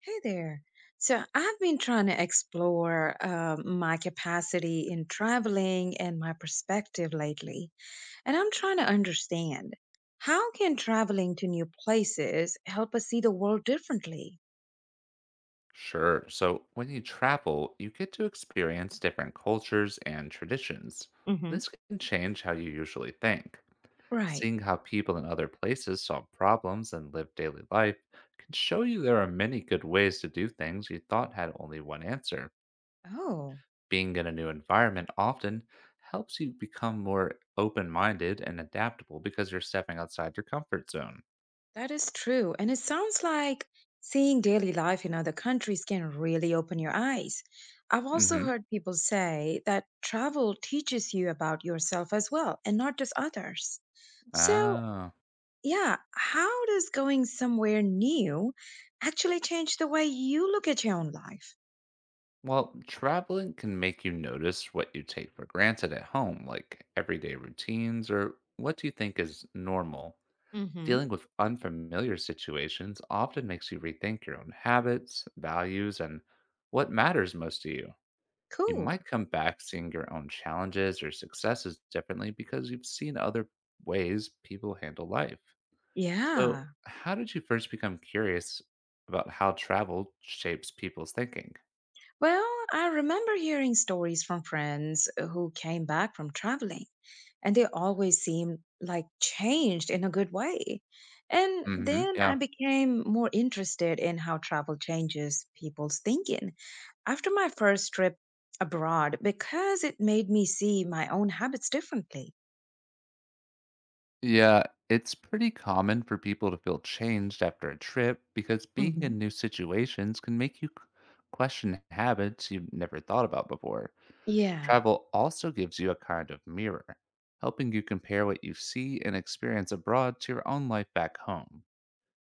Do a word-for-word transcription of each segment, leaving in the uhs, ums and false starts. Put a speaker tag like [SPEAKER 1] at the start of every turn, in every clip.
[SPEAKER 1] Hey there. So I've been trying to explore uh, my capacity in traveling and my perspective lately, and I'm trying to understand how can traveling to new places help us see the world differently?
[SPEAKER 2] Sure. So when you travel, you get to experience different cultures and traditions.
[SPEAKER 1] Hmm.
[SPEAKER 2] This can change how you usually think.
[SPEAKER 1] Right.
[SPEAKER 2] Seeing how people in other places solve problems and live daily life can show you there are many good ways to do things you thought had only one answer.
[SPEAKER 1] Oh,
[SPEAKER 2] Being in a new environment often helps you become more open minded and adaptable because you're stepping outside your comfort zone.
[SPEAKER 1] that is true. And it sounds like seeing daily life in other countries can really open your eyes. I've
[SPEAKER 2] Mm
[SPEAKER 1] also
[SPEAKER 2] hmm.
[SPEAKER 1] heard people say that travel teaches you about yourself as well, and not just others. So,
[SPEAKER 2] Ah.
[SPEAKER 1] yeah. How does going somewhere new actually change the way you look at your own life?
[SPEAKER 2] Well, traveling can make you notice what you take for granted at home, like everyday routines or what you think is normal.
[SPEAKER 1] Hmm.
[SPEAKER 2] Dealing with unfamiliar situations often makes you rethink your own habits, values, and what matters most to you. You
[SPEAKER 1] Cool.
[SPEAKER 2] might come back seeing your own challenges or successes differently because you've seen other ways people handle life. So,
[SPEAKER 1] Yeah.
[SPEAKER 2] how did you first become curious about how travel shapes people's thinking?
[SPEAKER 1] Well, I remember hearing stories from friends who came back from traveling, and they always seemed like changed in a good way. And
[SPEAKER 2] Hmm.
[SPEAKER 1] then I
[SPEAKER 2] Yeah.
[SPEAKER 1] became more interested in how travel changes people's thinking after my first trip abroad because it made me see my own habits differently.
[SPEAKER 2] Yeah, it's pretty common for people to feel changed after a trip because being
[SPEAKER 1] Hmm.
[SPEAKER 2] in new situations can make you q- question habits you've never thought about before.
[SPEAKER 1] Yeah.
[SPEAKER 2] Travel also gives you a kind of mirror, helping you compare what you see and experience abroad to your own life back home.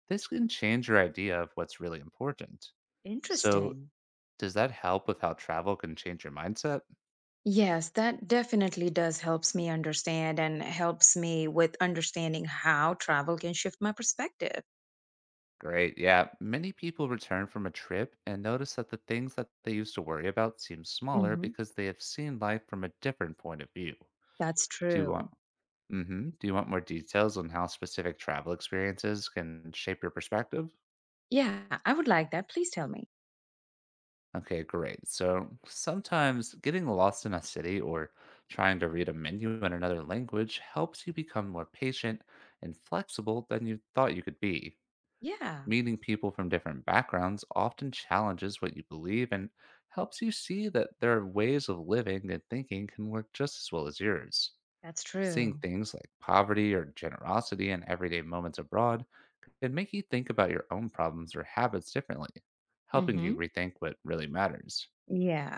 [SPEAKER 2] This can change your idea of what's really important. So,
[SPEAKER 1] Interesting.
[SPEAKER 2] does that help with how travel can change your mindset?
[SPEAKER 1] Yes, that definitely does helps me understand and helps me with understanding how travel can shift my perspective.
[SPEAKER 2] Great. Yeah. Many people return from a trip and notice that the things that they used to worry about seem smaller
[SPEAKER 1] Hmm.
[SPEAKER 2] because they have seen life from a different point of view.
[SPEAKER 1] That's
[SPEAKER 2] Do you want
[SPEAKER 1] true.
[SPEAKER 2] hmm Do you want more details on how specific travel experiences can shape your perspective?
[SPEAKER 1] Yeah, I would like that. Please tell me.
[SPEAKER 2] Okay, great. So sometimes getting lost in a city or trying to read a menu in another language helps you become more patient and flexible than you thought you could be.
[SPEAKER 1] Yeah,
[SPEAKER 2] Meeting people from different backgrounds often challenges what you believe and helps you see that their ways of living and thinking can work just as well as yours.
[SPEAKER 1] that's
[SPEAKER 2] Seeing
[SPEAKER 1] true.
[SPEAKER 2] things like poverty or generosity in everyday moments abroad can make you think about your own problems or habits differently, helping you
[SPEAKER 1] Hmm.
[SPEAKER 2] rethink what really matters.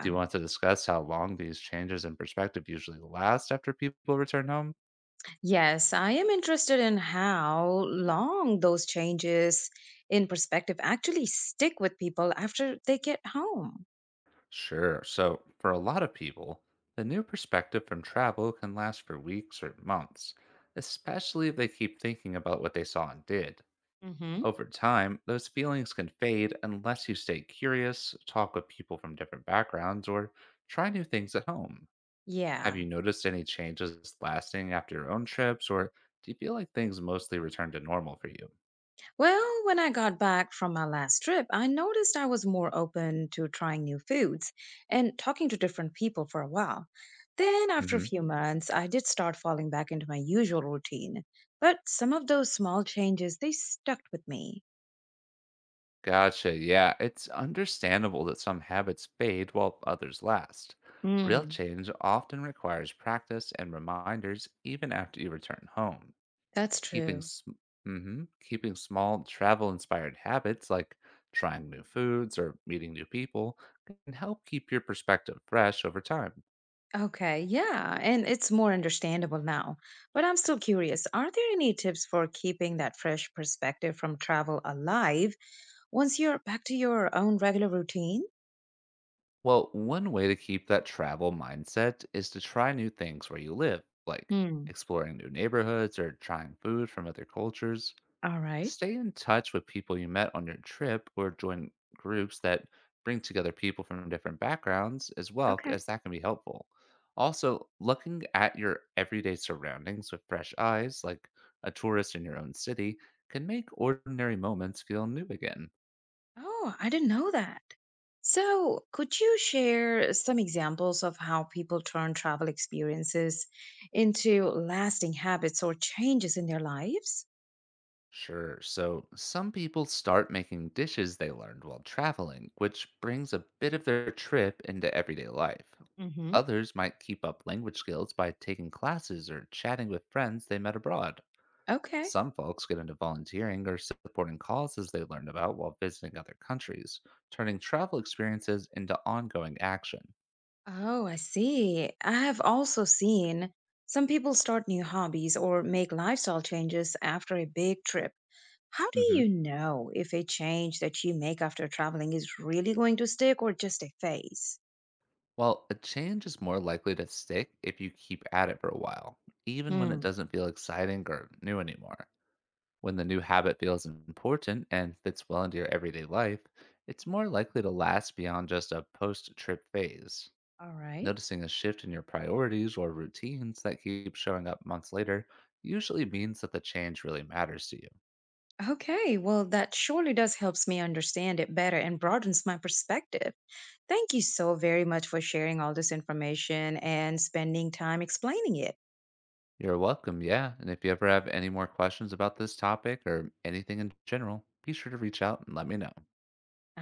[SPEAKER 2] Do you want to discuss how long these changes in perspective usually last after people return home?
[SPEAKER 1] Yes, I am interested in how long those changes in perspective actually stick with people after they get home.
[SPEAKER 2] Sure. So, for a lot of people, the new perspective from travel can last for weeks or months, especially if they keep thinking about what they saw and did.
[SPEAKER 1] Hmm.
[SPEAKER 2] Over time, those feelings can fade unless you stay curious, talk with people from different backgrounds, or try new things at home. Have
[SPEAKER 1] Yeah.
[SPEAKER 2] you noticed any changes lasting after your own trips, or do you feel like things mostly return to normal for you?
[SPEAKER 1] Well, when I got back from my last trip, I noticed I was more open to trying new foods and talking to different people for a while. Then, after a few months, I did start falling back into my usual routine. But some of those small changes, they stuck with me.
[SPEAKER 2] Gotcha. Yeah, it's understandable that some habits fade while others last. Real
[SPEAKER 1] Hmm,
[SPEAKER 2] change often requires practice and reminders even after you return home.
[SPEAKER 1] that's
[SPEAKER 2] Keeping
[SPEAKER 1] true.
[SPEAKER 2] sm- mhm, keeping small travel-inspired habits like trying new foods or meeting new people can help keep your perspective fresh over time.
[SPEAKER 1] Okay, yeah, and it's more understandable now. But I'm still curious, are there any tips for keeping that fresh perspective from travel alive once you're back to your own regular routine?
[SPEAKER 2] Well, one way to keep that travel mindset is to try new things where you live, like
[SPEAKER 1] Hmm.
[SPEAKER 2] exploring new neighborhoods or trying food from other cultures.
[SPEAKER 1] All right.
[SPEAKER 2] Stay in touch with people you met on your trip or join groups that bring together people from different backgrounds as well,
[SPEAKER 1] Okay.
[SPEAKER 2] as that can be helpful. Also, looking at your everyday surroundings with fresh eyes, like a tourist in your own city, can make ordinary moments feel new again.
[SPEAKER 1] Oh, I didn't know that. So, could you share some examples of how people turn travel experiences into lasting habits or changes in their lives?
[SPEAKER 2] Sure. So some people start making dishes they learned while traveling, which brings a bit of their trip into everyday life.
[SPEAKER 1] Hmm.
[SPEAKER 2] Others might keep up language skills by taking classes or chatting with friends they met abroad.
[SPEAKER 1] Okay.
[SPEAKER 2] Some folks get into volunteering or supporting causes they learned about while visiting other countries, turning travel experiences into ongoing action.
[SPEAKER 1] Oh, I see. I have also seen some people start new hobbies or make lifestyle changes after a big trip. How do
[SPEAKER 2] Hmm.
[SPEAKER 1] you know if a change that you make after traveling is really going to stick or just a phase?
[SPEAKER 2] Well, a change is more likely to stick if you keep at it for a while, even when it
[SPEAKER 1] Hmm.
[SPEAKER 2] doesn't feel exciting or new anymore. When the new habit feels important and fits well into your everyday life, it's more likely to last beyond just a post trip phase.
[SPEAKER 1] All right.
[SPEAKER 2] Noticing a shift in your priorities or routines that keep showing up months later usually means that the change really matters to you.
[SPEAKER 1] Okay, well, that surely does helps me understand it better and broadens my perspective. Thank you so very much for sharing all this information and spending time explaining it.
[SPEAKER 2] You're welcome, yeah. And if you ever have any more questions about this topic or anything in general, be sure to reach out and let me know.
[SPEAKER 1] I